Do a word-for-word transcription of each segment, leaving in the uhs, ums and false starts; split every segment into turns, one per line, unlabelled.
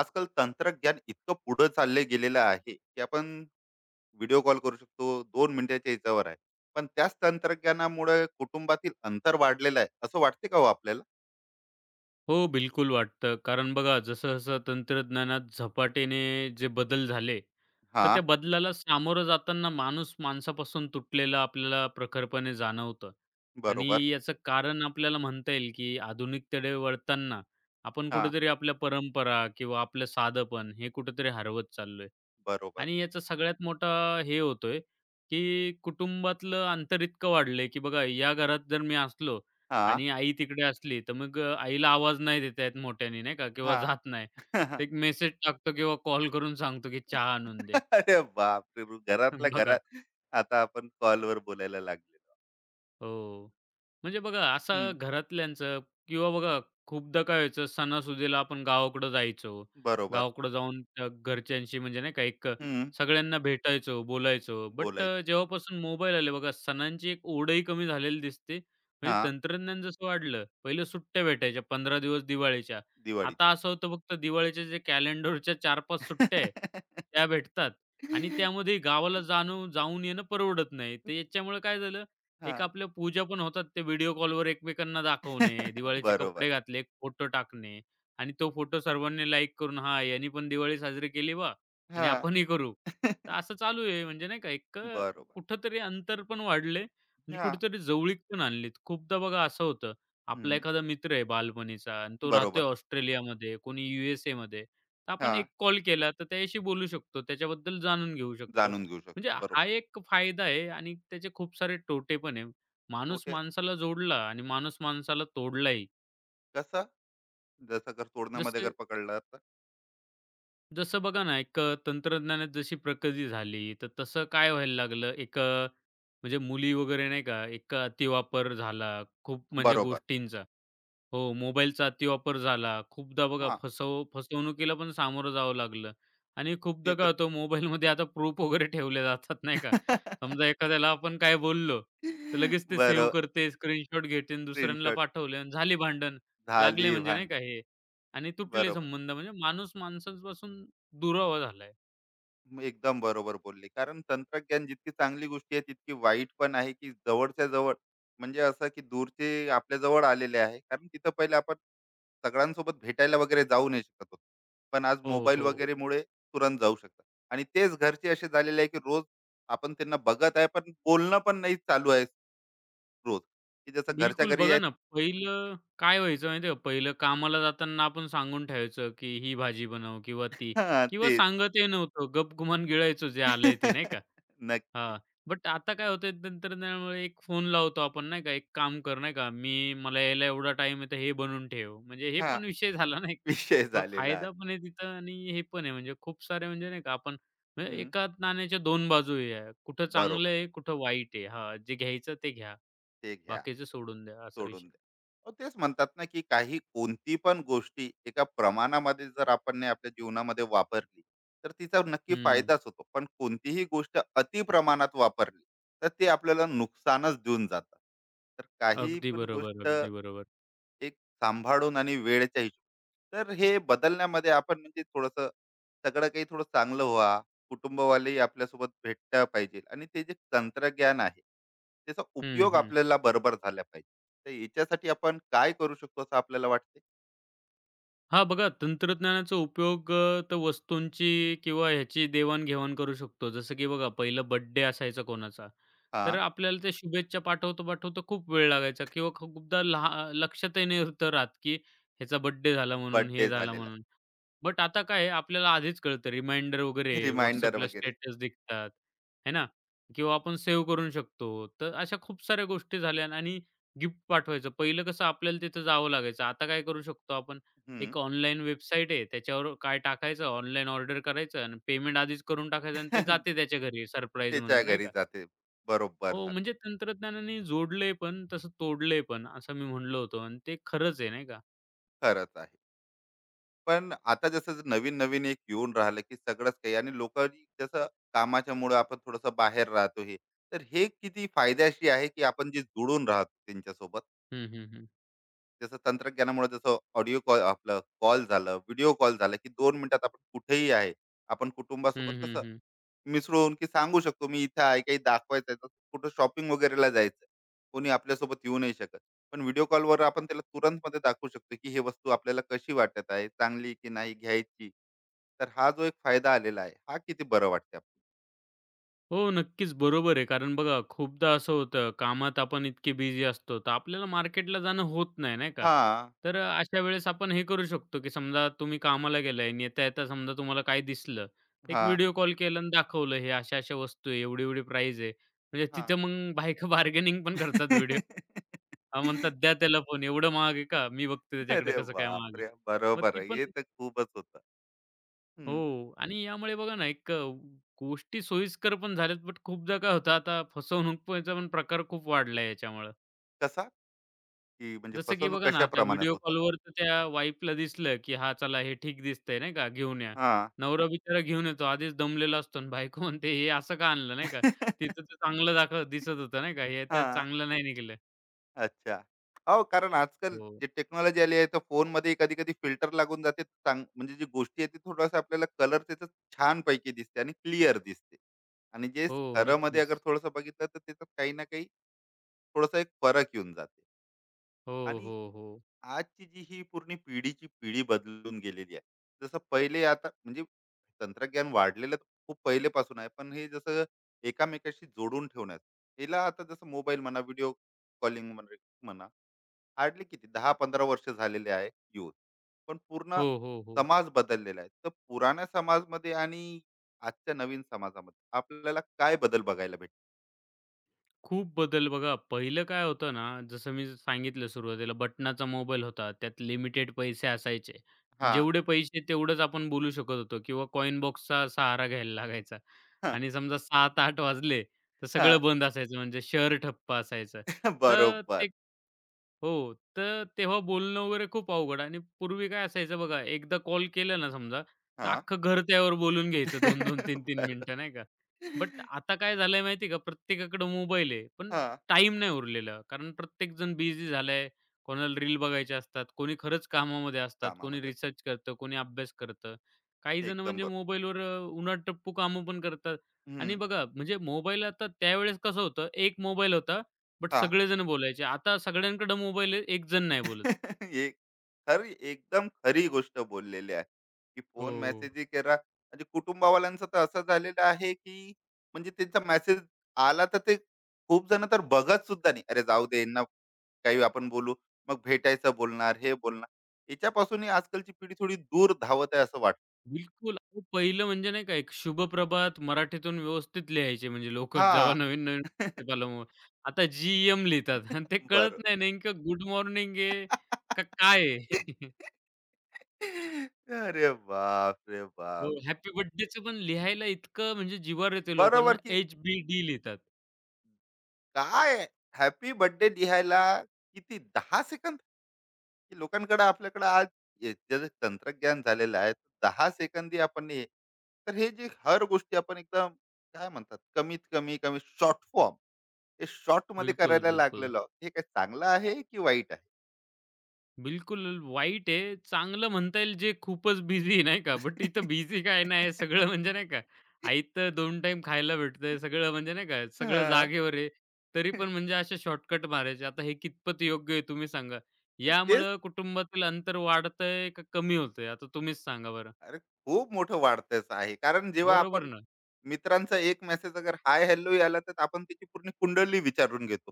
आजकाल तंत्रज्ञान इतकं पुढं चालले गेलेलं आहे की आपण व्हिडिओ कॉल करू शकतो दोन मिनिटाच्या हिच्यावर आहे. पण त्याच तंत्रज्ञानामुळे कुटुंबातील अंतर वाढलेलं आहे असं वाटते का हो आपल्याला?
हो, बिलकुल वाटतं. कारण बघा जसं-जसं तंत्रज्ञानात झपाट्याने जे बदल झाले,
हा.
तर त्या बदलाला सामोरं जाताना माणूस माणसापासून तुटलेला आपल्याला प्रखरपणे जाणवतं. आणि
बरोबर.
याचं कारण आपल्याला म्हणता येईल, की आधुनिकतेकडे वळताना आपण
हा.
कुठेतरी आपल्या परंपरा किंवा आपलं साधेपण हे कुठेतरी हरवत चाललोय.
बरोबर.
आणि याचा सगळ्यात मोठा हे होतोय, की कुटुंबातलं अंतर इतकं वाढलंय, की बघा या घरात जर मी असलो
हा.
आणि आई तिकडे असली, तर मग अ, आईला आवाज नाही देता येत मोठ्याने नाही का किंवा
हा.
जात नाही. एक मेसेज टाकतो किंवा कॉल करून सांगतो, की चहा आणून दे.
अरे बाप रे, घरातल्या
बघा.
घरात. आता आपण कॉलवर बोलायला लागलेलो.
हो. म्हणजे बघा असं
हम्म.
घरातल्यांचं किंवा बघा खूपदा काय व्हायचं सणासुदीला आपण गावाकडं जायचो.
बरोबर.
गावाकडं जाऊन त्या घरच्यांशी म्हणजे नाही का एक
हम्म.
सगळ्यांना भेटायचो, बोलायचो. बट अ,
बोलायचो.
जेव्हापासून मोबाईल आले बघा सणांची एक ओढही कमी झालेली दिसते. म्हणजे
हा.
तंत्रज्ञान जसं वाढलं, पहिलं सुट्ट्या भेटायच्या पंधरा दिवस दिवाळीच्या. आता
दिवाळीच्या.
असं होतं फक्त दिवाळीच्या जे कॅलेंडरच्या चार पाच सुट्ट्या आहे, त्या भेटतात आणि त्यामध्ये गावाला जाणं जाऊन येणं परवडत नाही. तर याच्यामुळे काय झालं
हा.
एक आपल्या पूजा पण होतात ते व्हिडिओ कॉलवर एकमेकांना दाखवणे, दिवाळीचे
बरोबर.
कपडे घातले, एक फोटो टाकणे आणि तो फोटो सर्वांनी लाईक करून, "हां, यांनी पण दिवाळी साजरी केली बा आणि
हा.
आपणही करू." तर असं चालू आहे म्हणजे नाही का एक अ,
बरोबर.
कुठेतरी अंतर पण वाढले आणि
हां.
कुठेतरी जवळीक पण आणलीत. खूपदा बघा असं होतं, आपला
हं.
एखादा मित्र आहे बालपणीचा आणि तो राहतोय
बरोबर.
ऑस्ट्रेलियामध्ये, कोणी यू एस तर आपण
हां.
एक कॉल केला तर त्याच्याशी बोलू शकतो, त्याच्याबद्दल जाणून घेऊ शकतो.
जाणून घेऊ शकतो.
म्हणजे हा
बरोबर.
एक फायदा आहे आणि त्याचे खूप सारे तोटे पण आहे. माणूस
तोटे
माणसाला जोडला आणि माणूस माणसाला तोडलाही.
कसं? जसं जर तोडण्यामध्ये जर
जसे
पकडलं तर?
जसं बघा ना, एक अ, तंत्रज्ञानात जशी प्रगती झाली, तर तसं काय व्हायला लागलं, एक अ, म्हणजे मुली वगैरे नाही का, एक अतिवापर झाला खूप म्हणजे
बरोबर.
गोष्टींचा. हो, मोबाईलचा अतिवापर झाला. खूपदा बघा
हां.
फसव फसवणुकीला पण सामोरं जावं लागलं आणि खूपदा
ते
काय
तर.
होतं मोबाईलमध्ये आता प्रूफ वगैरे ठेवले जातात, नाही का. समजा एखाद्याला आपण काय बोललो, तर लगेच ते सेव्ह
बरं.
करते, स्क्रीनशॉट घेते आणि दुसऱ्यांना
स्क्रीनशॉट.
पाठवले आणि झाली भांडण. लागले
झाली
म्हणजे नाही
भांडण.
का हे आणि तुटले
बरोबर.
संबंध म्हणजे माणूस माणसांपासून दुरावा झालाय.
एकदम बरोबर बोलले, कारण तंत्रज्ञान जितकी चांगली गोष्टी आहे तितकी वाईट पण आहे, की जवळच्या जवळ म्हणजे असं की दूरचे आपल्या जवळ आलेले आहे, कारण तिथं पहिले आपण सगळ्यांसोबत भेटायला वगैरे जाऊ नाही शकत होतो. पण आज
हो,
मोबाईल
हो.
वगैरेमुळे तुरंत जाऊ शकतात. आणि तेच घरचे असे झालेले आहे, की रोज आपण त्यांना बघत आहे पण बोलणं पण नाही चालू आहे, रोज, की जसं घरच्या
बिलकुल.
घरी
बघा
आहेत.
ना, पहिलं काय व्हायचं माहिती आहे का? पहिलं कामाला जाताना आपण सांगून ठेवायचं, की ही भाजी बनव किंवा ती
हा,
किंवा
तेच.
सांगतही नव्हतो. गपगुमान गिळायचो जे आलंय ते, नाही का?
नक्की.
हां. बट आता काय होतंय तंत्रज्ञानामुळे एक फोन लावतो आपण, नाही का? "एक काम कर, नाही का, मी मला यायला एवढा टाईम आहे, तर हे बनवून ठेव." म्हणजे हे
हा.
पण विषय झाला नाही का?
विषय
मग
झालेला
फायदा
आहे.
पण आहे तिथं आणि हे पण आहे. म्हणजे खूप सारे म्हणजे नाही का आपण म्हणजे
हम्म,
एका नाण्याच्या दोन बाजू आहे. कुठं चांगलं
बरोबर.
आहे, कुठं वाईट आहे. हां, जे घ्यायचं ते घ्या,
ते घ्या.
बाकीचं सोडून द्या, असा
सोडून
विषय.
द्या. अहो, तेच म्हणतात ना, की काही कोणती पण गोष्टी एका प्रमाणामध्ये जर आपण ने आपल्या जीवनामध्ये वापरली तर तिचा नक्की
हं.
फायदाच होतो. पण कोणतीही गोष्ट अति प्रमाणात वापरली तर ते आपल्याला नुकसानच देऊन जातात. तर काही
अगदी
पण
बरोबर,
गोष्ट
अगदी बरोबर.
एक सांभाळून आणि वेळेच्या हिशोब, तर हे बदलण्यामध्ये आपण म्हणजे थोडस सगळं काही थोडं चांगलं व्हा, कुटुंबवाले आपल्यासोबत भेटता पाहिजे आणि ते जे तंत्रज्ञान आहे त्याचा
हं,
उपयोग
हं.
आपल्याला बरोबर झाला पाहिजे. तर याच्यासाठी आपण काय करू शकतो असं आपल्याला वाटते?
हां, बघा तंत्रज्ञानाचा उपयोग अ, तर वस्तूंची किंवा ह्याची देवाण-घेवाण करू शकतो. जसं की बघा पहिला बर्थडे असायचा कोणाचा,
हा.
तर आपल्याला त्या शुभेच्छा पाठवता-पाठवता खूप वेळ लागायचा किंवा खूपदा लहा लक्षातही नव्हतं राहत, की ह्याचा बर्थडे झाला म्हणून,
बर्थडे
हे झाला
झालेला.
म्हणून. बट आता काय आहे, आपल्याला आधीच कळतं रिमाइंडर वगैरे
आहे रिमाइंडर
WhatsAppला
वगैरे.
स्टेटस दिसतात, है ना? किंवा आपण सेव्ह करू शकतो. तर अशा खूप साऱ्या गोष्टी झाल्या आणि गिफ्ट पाठवायचं. पहिलं कसं आपल्याला तिथं जावं लागायचं. आता काय करू शकतो आपण?
हम्म.
एक ऑनलाईन वेबसाईट आहे, त्याच्यावर काय टाकायचं, ऑनलाईन ऑर्डर करायचं आणि पेमेंट आधीच करून टाकायचं आणि ते जाते त्याच्या घरी सरप्राईज
त्याच्या
म्हणून, नाही
घरी
का?
जाते. बरोबर
हो,
झालं.
म्हणजे तंत्रज्ञानाने जोडलंय पण तसं तोडलंय पण असं मी म्हणलो होतो आणि ते खरंच आहे, नाही का?
खरंच आहे. पण आता जसं नवीन नवीन एक येऊन राहिलं की सगळंच काही, आणि लोक, जसं कामाच्या मुळे आपण थोडस बाहेर राहतो, हे तर हे किती फायद्याशी आहे की आपण जे जुळून राहतो त्यांच्यासोबत.
हं, हं, हं.
जसं तंत्रज्ञानामुळे जसं ऑडिओ कॉल आपलं कॉल झालं, व्हिडिओ कॉल झालं, की दोन मिनिटात आपण कुठेही आहे, आपण कुटुंबासोबत
हं, हं,
कसं
हं.
मिसळून की सांगू शकतो, मी इथे आहे, काही दाखवायचं आहे, जसं कुठं शॉपिंग वगैरेला जायचं. कोणी आपल्यासोबत येऊ नाही शकत. पण व्हिडिओ कॉलवर आपण त्याला तुरंतमध्ये दाखवू शकतो की ही वस्तू आपल्याला कशी वाटत आहे, चांगली की नाही घ्यायची. तर हा जो एक फायदा आलेला आहे, हा किती बरं वाटते आपल्याला.
हो, नक्कीच बरोबर आहे. कारण बघा खूपदा असं होतं कामात आपण इतके बिझी असतो, तर आपल्याला मार्केटला जाणं होत नाही, नाही का?
हां,
तर अ, अशा वेळेस आपण हे करू शकतो, की समजा तुम्ही कामाला गेलाय आणि येता-येता समजा तुम्हाला काय दिसलं, एक
हां,
व्हिडिओ कॉल केला आणि दाखवलं, हे अशा-अशा वस्तू आहे, एवढी-एवढी प्राईज आहे. म्हणजे
हां.
तिथं मग बायका बार्गेनिंग पण करतात व्हिडिओ. म्हणतात, "द्या त्याला फोन, एवढं महाग आहे का? मी बघते त्याच्याकडे
अरे
कसं काय महाग आहे."
बापरे!
मग
बरोबर
ती
आहे.
पण
हे तर खूपच होतं.
हो आणि यामुळे बघा ना, एक अ, गोष्टी सोयीस्कर पण झाल्यात, बट खूपदा काय होतं आता फसवणुकीचा पण प्रकार खूप वाढला आहे याच्यामुळं.
कसा? की म्हणजे
जसं की
फसवणूक
बघा ना,
कशा
आता
प्रमाणात
व्हिडिओ
होतात?
कॉलवर तर त्या वाईफला दिसलं, की हा चला हे ठीक दिसतंय नाही का, घेऊन या."
हां.
नवरा बिचारा घेऊन येतो, आधीच दमलेला असतो आणि बायको म्हणते, "हे असं का आणलं?" नाही का.
हां.
"तिथं तर चांगलं दाखव दिसत होतं नाही का, हे तर चांगलं नाही निघालं."
अच्छा. हो, कारण आजकाल
हो,
जे टेक्नॉलॉजी आली आहे, तर फोनमध्ये कधी कधी फिल्टर लागून जाते. चांग म्हणजे जी गोष्टी आहे, ती थोडंसं आपल्याला कलर त्याचं छान छानपैकी दिसते आणि क्लिअर दिसते. आणि जे
हो,
खरं मध्ये
नक्कीच.
अगर थोडंसं बघितलं, तर त्याच्यात काही ना काही थोडासा एक फरक येऊन जाते.
हो,
आणि
हो, हो.
आजची जी ही पूर्ण पिढीची पिढी बदलून गेलेली आहे. जसं पहिले आता म्हणजे तंत्रज्ञान वाढलेलं तर खूप पहिलेपासून आहे. पण हे जसं एकामेकाशी जोडून ठेवण्यात, याला आता जसं मोबाईल म्हणा, व्हिडिओ कॉलिंग म्हणा, म्हणा हार्डली किती दहा ते पंधरा वर्ष झालेले आहे येऊन. पण पूर्ण
हो, हो, हो.
समाज बदललेला आहे. तर पुराण्या समाजमध्ये आणि आजच्या नवीन समाजामध्ये आपल्याला काय बदल बघायला भेटतो?
खूप बदल बघा, पहिलं काय होतं ना, जसं मी सांगितलं सुरुवातीला बटनाचा मोबाईल होता. त्यात लिमिटेड पैसे असायचे.
हां,
जेवढे पैसे तेवढंच आपण बोलू शकत होतो किंवा कॉइन बॉक्सचा सहारा घ्यायला लागायचा
हां,
आणि समजा सात-आठ वाजले, तर
हां.
सगळं बंद असायचं म्हणजे शहर ठप्प असायचं. तर
बरोबर.
ते हो. तर तेव्हा बोलणं वगैरे खूप अवघड आणि पूर्वी काय असायचं बघा, एकदा कॉल केला ना समजा, तर
हां.
अख्खं घर त्यावर बोलून घ्यायचं दोन दोन, तीन तीन
बरं.
मिनिटं नाही का. बट आता काय झालंय माहिती आहे का, प्रत्येकाकडे मोबाईल आहे, पण
हां.
टाइम नाही उरलेला. कारण प्रत्येकजण बिझी झालाय. कोणाला रील बघायचे असतात, कोणी खरंच कामामध्ये असतात, कोणी
कामामध्ये.
रिसर्च करतं, कोणी अभ्यास करतं. काही जण
एकदम
म्हणजे
बरोबर.
मोबाईलवर अ, टप्पू कामं पण करतात आणि
हं.
बघा म्हणजे मोबाईल आता त्यावेळेस कसं होतं, एक मोबाईल होता बट
हां.
सगळेजण बोलायचे. आता सगळ्यांकडे मोबाईल आहे, एक जण नाही बोलत.
एक खरी एकदम खरी गोष्ट बोललेली आहे, की
हो.
फोन मेसेज करा म्हणजे कुटुंबावाल्यांचं तर असं झालेलं आहे की म्हणजे त्यांचा मेसेज आला तर ते खूप जण तर बघत सुद्धा नाही, अरे जाऊ दे यांना, काही आपण बोलू, मग भेटायचं, बोलणार हे बोलणार. याच्यापासूनही आजकालची पिढी थोडी दूर धावत आहे असं वाटत.
बिलकुल. अहो, पहिलं म्हणजे नाही का एक शुभप्रभात मराठीतून व्यवस्थित लिहायचे म्हणजे
हा.
लोकं जेव्हा नवीन-नवीन व्हॉट्सअप आलं मग. आता जी-एम लिहितात आणि ते कळत
बर.
नाही नेमकं गुड मॉर्निंग आहे का काय आहे?
अरे बाप रे
हो,
बाप.
हॅपी बर्थडेचं पण लिहायला इतकं म्हणजे जिव्हार येते
बरोबर
लोकांना,
की
एच-बी-डी लिहितात.
काय, हॅपी बर्थडे लिहायला किती, दहा सेकंद? की लोकांकडे आपल्याकडे आज हे जे जे तंत्रज्ञान झालेलं आहे, दहा सेकंदी आपण हे, तर हे जे हर गोष्टी आपण एकदम काय म्हणतात, कमीत कमी, कमी शॉर्ट फॉर्म, हे शॉर्टमध्ये
बिलकुल,
करायला
बिलकुल.
लागलेलो आहोत. हे काय चांगलं आहे की वाईट आहे?
बिलकुल वाईट आहे. चांगलं म्हणता येईल जे खूपच बिझी नाही का. बट इथं बिझी काय नाही सगळं म्हणजे नाही का, आयतं दोन टाईम खायला भेटतंय सगळं म्हणजे नाही का, सगळं
हां.
जागेवर आहे. तरी पण म्हणजे असे शॉर्टकट मारायचे. आता हे कितपत योग्य आहे तुम्ही सांगा.
तेच.
यामुळं कुटुंबातील अंतर वाढतंय का कमी होतंय? आता तुम्हीच सांगा बरं.
अरे खूप मोठं वाढतच आहे. कारण जेव्हा
बरोबर
आपण
ना.
मित्रांचा एक मेसेज अगर हाय हॅलो आला, तर आपण त्याची पूर्ण कुंडली विचारून घेतो.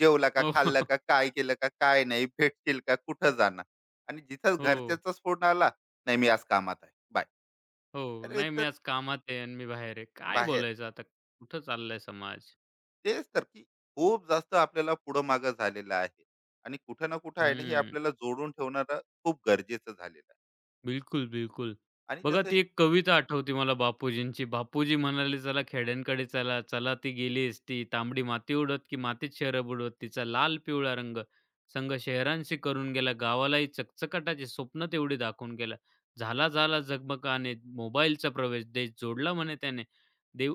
जेवला का?
हो,
खाल्लं का? काय केलं का? काय नाही? भेटशील का? कुठं जाणार? आणि जिथं
हो,
घरच्याचाच फोन आला, "नाही, मी आज कामात आहे. बाय."
हो.
अरे
नाही मी
तर
आज कामात आहे आणि मी बाहेर आहे. काय
बाहेर.
बोलायचं आता? कुठं चाललाय समाज?
तेच तर, की खूप जास्त आपल्याला पुढं-मागं झालेलं आहे, आणि कुठं ना कुठं आहे ना, हे
हं.
आपल्याला जोडून ठेवणारं खूप गरजेचं झालेलं आहे.
बिलकुल, बिलकुल.
आणि
बघा
जसं,
ती एक कविता आठवते मला बापूजींची. बापूजी म्हणाले, "चला खेड्यांकडे चला, चला ती गेली एसटी. तांबडी माती उड़त की मातीत शहरं बुडवत. तिचा लाल पिवळा रंग संग शहरांशी करून गेला. गावालाही चकचकाटाची स्वप्न तेवढी दाखवून गेला. झाला झाला जगमगाने मोबाईलचा प्रवेश. देश जोडला म्हणे त्याने. देव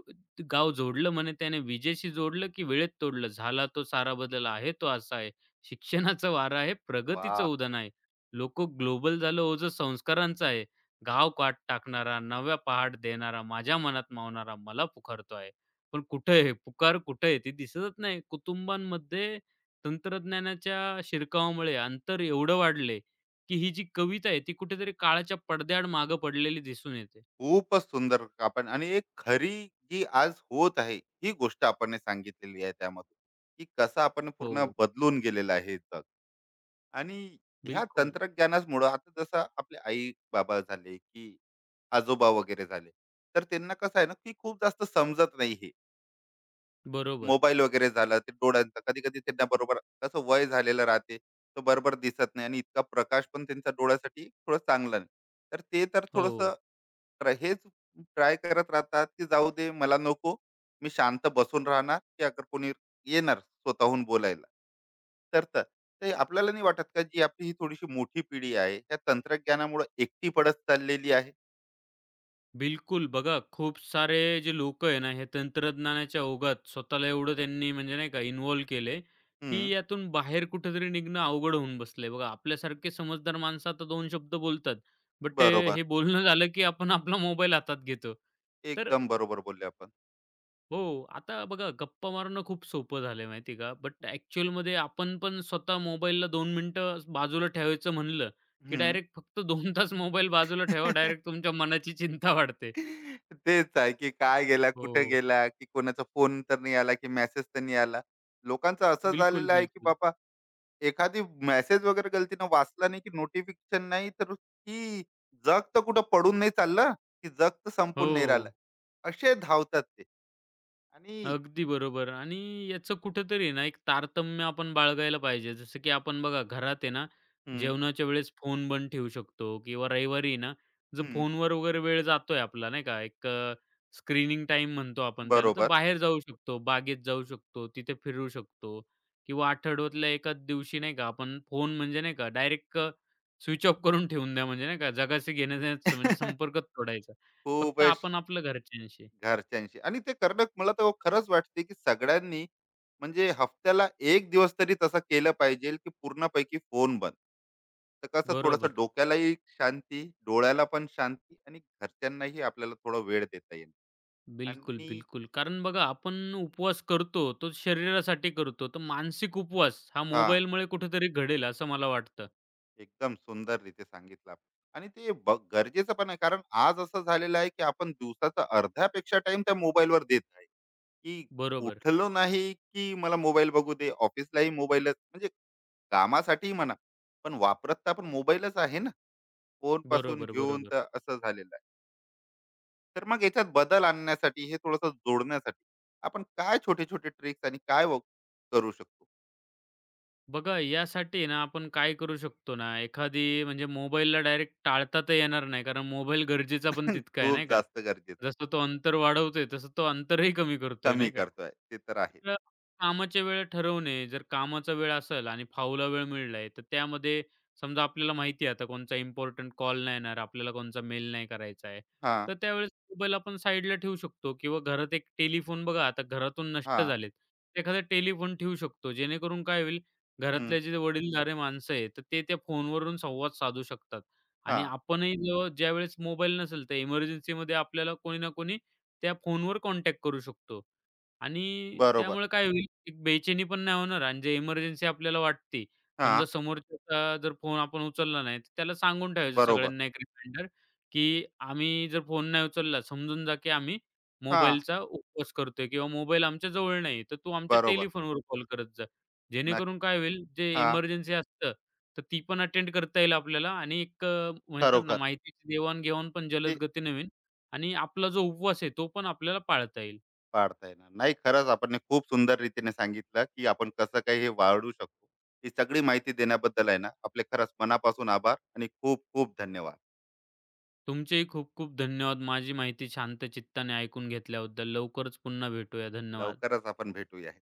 गाव जोडलं म्हणे त्याने. विजेशी जोडलं की वेळेत तोडलं. झाला तो सारा बदल आहे तो असा आहे. शिक्षणाचा वारा आहे, प्रगतीचं
वाह!
उदाहरण आहे. लोक ग्लोबल झालं ओझं संस्कारांचं आहे. गाव काट टाकणारा, नव्या पहाट देणारा, माझ्या मनात मावणारा मला पुकारतो आहे." पण कुठे आहे? पुकार कुठे आहे? ती दिसतच नाही. कुटुंबांमध्ये तंत्रज्ञानाच्या शिरकावामुळे अंतर एवढं वाढले, की ही जी कविता आहे ती कुठेतरी काळाच्या पडद्याआड मागे पडलेली दिसून येते.
खूपच सुंदर आपण, आणि एक खरी जी आज होत आहे ही गोष्ट आपण ने सांगितलेली आहे, त्यामधून की कसं आपण
हो,
पूर्ण बदलून गेलेलं आहे हे जग. आणि ह्या
बिलकुल.
तंत्रज्ञानामुळे आता जसं आपले आई बाबा झाले की आजोबा वगैरे झाले, तर त्यांना कसं आहे ना की खूप जास्त समजत नाही, हे
बरोबर.
मोबाईल वगैरे झालं ते डोळ्यांचं कधी कधी त्यांना बरोबर, कसं वय झालेलं राहते, तो बरोबर दिसत नाही आणि इतका प्रकाश पण त्यांच्या डोळ्यासाठी थोडं चांगला नाही, तर ते तर थोडंसं,
हो.
तर हेच ट्राय करत राहतात, की जाऊ दे मला नको. मी शांत बसून राहणार, की अगर कोणी येणार स्वतःहून बोलायला. तर तर ते आपल्याला नाही वाटत का, जी आपली ही थोडीशी मोठी पिढी आहे, त्या तंत्रज्ञानामुळे एकटी पडत चाललेली आहे?
बिलकुल. बघा, खूप सारे जे लोक आहे ना, हे तंत्रज्ञानाच्या ओघात स्वतःला एवढं त्यांनी म्हणजे नाही का इन्व्हॉल्व केले की
हं,
यातून बाहेर कुठेतरी निघणं अवघड होऊन बसलंय. बघा, आपल्यासारखे समजदार माणसं आता दोन शब्द बोलतात. बट अ,
बरोबर.
हे बोलणं झालं, की आपण आपला मोबाईल हातात घेतो. तर
एकदम बरोबर बोलले आपण.
हो, आता बघा गप्पा मारणं खूप सोपं झालंय माहिती का? बट ॲक्चुअलमध्ये आपण पण स्वतः मोबाईलला दोन मिनिटं बाजूला ठेवायचं म्हणलं, की
हं.
डायरेक्ट फक्त दोन तास मोबाईल बाजूला ठेवा. डायरेक्ट तुमच्या मनाची चिंता वाढते.
तेच आहे, की काय गेला, कुठे
हो.
गेला, की कोणाचा फोन तर नाही आला, की मेसेज तर नाही आला. लोकांचं असं
बिलकुल,
झालेलं आहे, की
बिलकुल.
बाबा एखादी मेसेज वगैरे गलतीनं वाचला नाही, की नोटिफिकेशन नाही, तर की जग तर कुठं पडून नाही चाललं, की जग तर संपून नाही राहिलं.
हो.
असे धावतात ते. आणि
अगदी बरोबर आणि याचं कुठेतरी ना, एक तारतम्य आपण बाळगायला पाहिजे. जसं की आपण बघा घरात आहे ना,
हं,
जेवणाच्या वेळेस फोन बंद ठेवू शकतो किंवा रविवारी ना, जो
हं.
फोनवर वगैरे वेळ जातोय आपला नाही का, एक स्क्रीनिंग टाईम म्हणतो आपण त्याला. तर
बरोबर.
बाहेर जाऊ शकतो, बागेत जाऊ शकतो, तिथे फिरू शकतो किंवा आठवड्यातल्या एकाच दिवशी नाही का, आपण फोन म्हणजे नाही का डायरेक्ट स्विच ऑफ करून ठेवून द्या म्हणजे नाही का, जगाशी घेण्या म्हणजे संपर्कच तोडायचा. फक्त
खूपच.
आपण आपलं घरच्यांशी.
घरच्यांशी आणि ते करणं मला तर खरंच वाटते, की सगळ्यांनी म्हणजे हफ्त्याला एक दिवस तरी तसं केलं पाहिजे, की पूर्णपैकी फोन बंद. तर कसं
बरोबर.
थोडंसं डोक्यालाही शांती, डोळ्याला पण शांती आणि घरच्यांनाही आपल्याला थोडा वेळ देता येईल.
बिलकुल,
आणि
बिलकुल. कारण बघा आपण उपवास करतो, तो शरीरासाठी करतो. तर मानसिक उपवास हा
हा,
मोबाईलमुळे कुठेतरी घडेल असं मला वाटतं.
एकदम सुंदर रीती सांगितलं आपण. आणि ते ब- गरजेचं पण आहे, कारण आज असं झालेलं आहे की आपण दिवसाचा अर्ध्यापेक्षा टाइम त्या मोबाईलवर देत आहे, की
बरोबर,
उठलो नाही की मला मोबाईल बघू दे, ऑफिसलाही मोबाईलच, म्हणजे कामासाठी म्हणा, पण वापरत तर आपण मोबाईलच आहे ना, फोन पासून
बरोबर,
घेऊन
बरोबर.
तर असं झालेलं आहे. तर मग याच्यात बदल आणण्यासाठी, हे थोडस जोडण्यासाठी आपण काय छोटे छोटे ट्रिक्स आणि काय व- करू शकतो?
बघा, यासाठी ना आपण काय करू शकतो ना, एखादी म्हणजे मोबाईलला डायरेक्ट टाळता तर येणार नाही. कारण मोबाईल गरजेचा पण तितका आहे,
खूप
नाही का?
जास्त गरजेचं आहे.
जसं तो अंतर वाढवतोय, तसं तो अंतरही कमी करतोय,
कमी
नाही का?
करतोय ते तर आहे.
तर कामाच्या वेळा ठरवणे, जर कामाचा वेळ असेल आणि फावला वेळ मिळला तर त्यामध्ये समजा आपल्याला माहिती आहे आता कोणचा इम्पोर्टंट कॉल नाही येणार, आपल्याला कोणचा मेल नाही करायचा आहे.
हा.
तर त्यावेळेस मोबाईल आपण साईडला ठेवू शकतो किंवा घरात एक टेलिफोन बघा, आता घरातून
हा.
नष्ट झालेत. एखादा टेलिफोन ठेवू शकतो. जेणेकरून काय होईल
हं,
घरातले जे वडीलधारे माणसं आहे, तर ते त्या फोनवरून संवाद साधू शकतात आणि
हां,
आपणही जेव्हा ज्यावेळेस मोबाईल नसेल, तर इमर्जन्सीमध्ये आपल्याला कोणी ना कोणी त्या फोनवर कॉन्टॅक्ट करू शकतो आणि
बरोबर.
त्यामुळे काय होईल, एक बेचैनी पण नाही होणार आणि जे इमर्जन्सी आपल्याला वाटते,
हां,
समजा समोरच्याचा जर फोन आपण उचलला नाही, तर त्याला सांगून ठेवायचं
बरोबर.
सगळ्यांना एक रिमाइंडर, की आम्ही जर फोन नाही उचलला, समजून जा की आम्ही
हां,
मोबाईलचा उपवास करतोय किंवा मोबाईल आमच्या जवळ नाही, तर तू आमच्या
बरोबर.
टेलिफोनवर कॉल करत जा.
नक्क.
जेणेकरून काय होईल, जे
हां,
इमर्जन्सी असतं, तर ती पण अटेंड करता येईल आपल्याला आणि एक अ, म्हणतात ना,
खरोखर
माहितीची देवाण-घेवाण पण जलद
ते.
गतीने होईल आणि आपला जो उपवास आहे, तो पण आपल्याला पाळता येईल.
पाळता येणार. नाही, खरंच आपण हे खूप सुंदर रीतीने सांगितलं, की आपण कसं काही हे वाढवू शकतो. ही सगळी माहिती देण्याबद्दल आहे ना, आपले खरंच मनापासून आभार आणि खूप खूप धन्यवाद.
तुमचेही खूप खूप धन्यवाद. माझी माहिती शांत चित्ताने ऐकून घेतल्याबद्दल. लवकरच पुन्हा भेटूया. धन्यवाद.
लवकरच आपण भेटूया.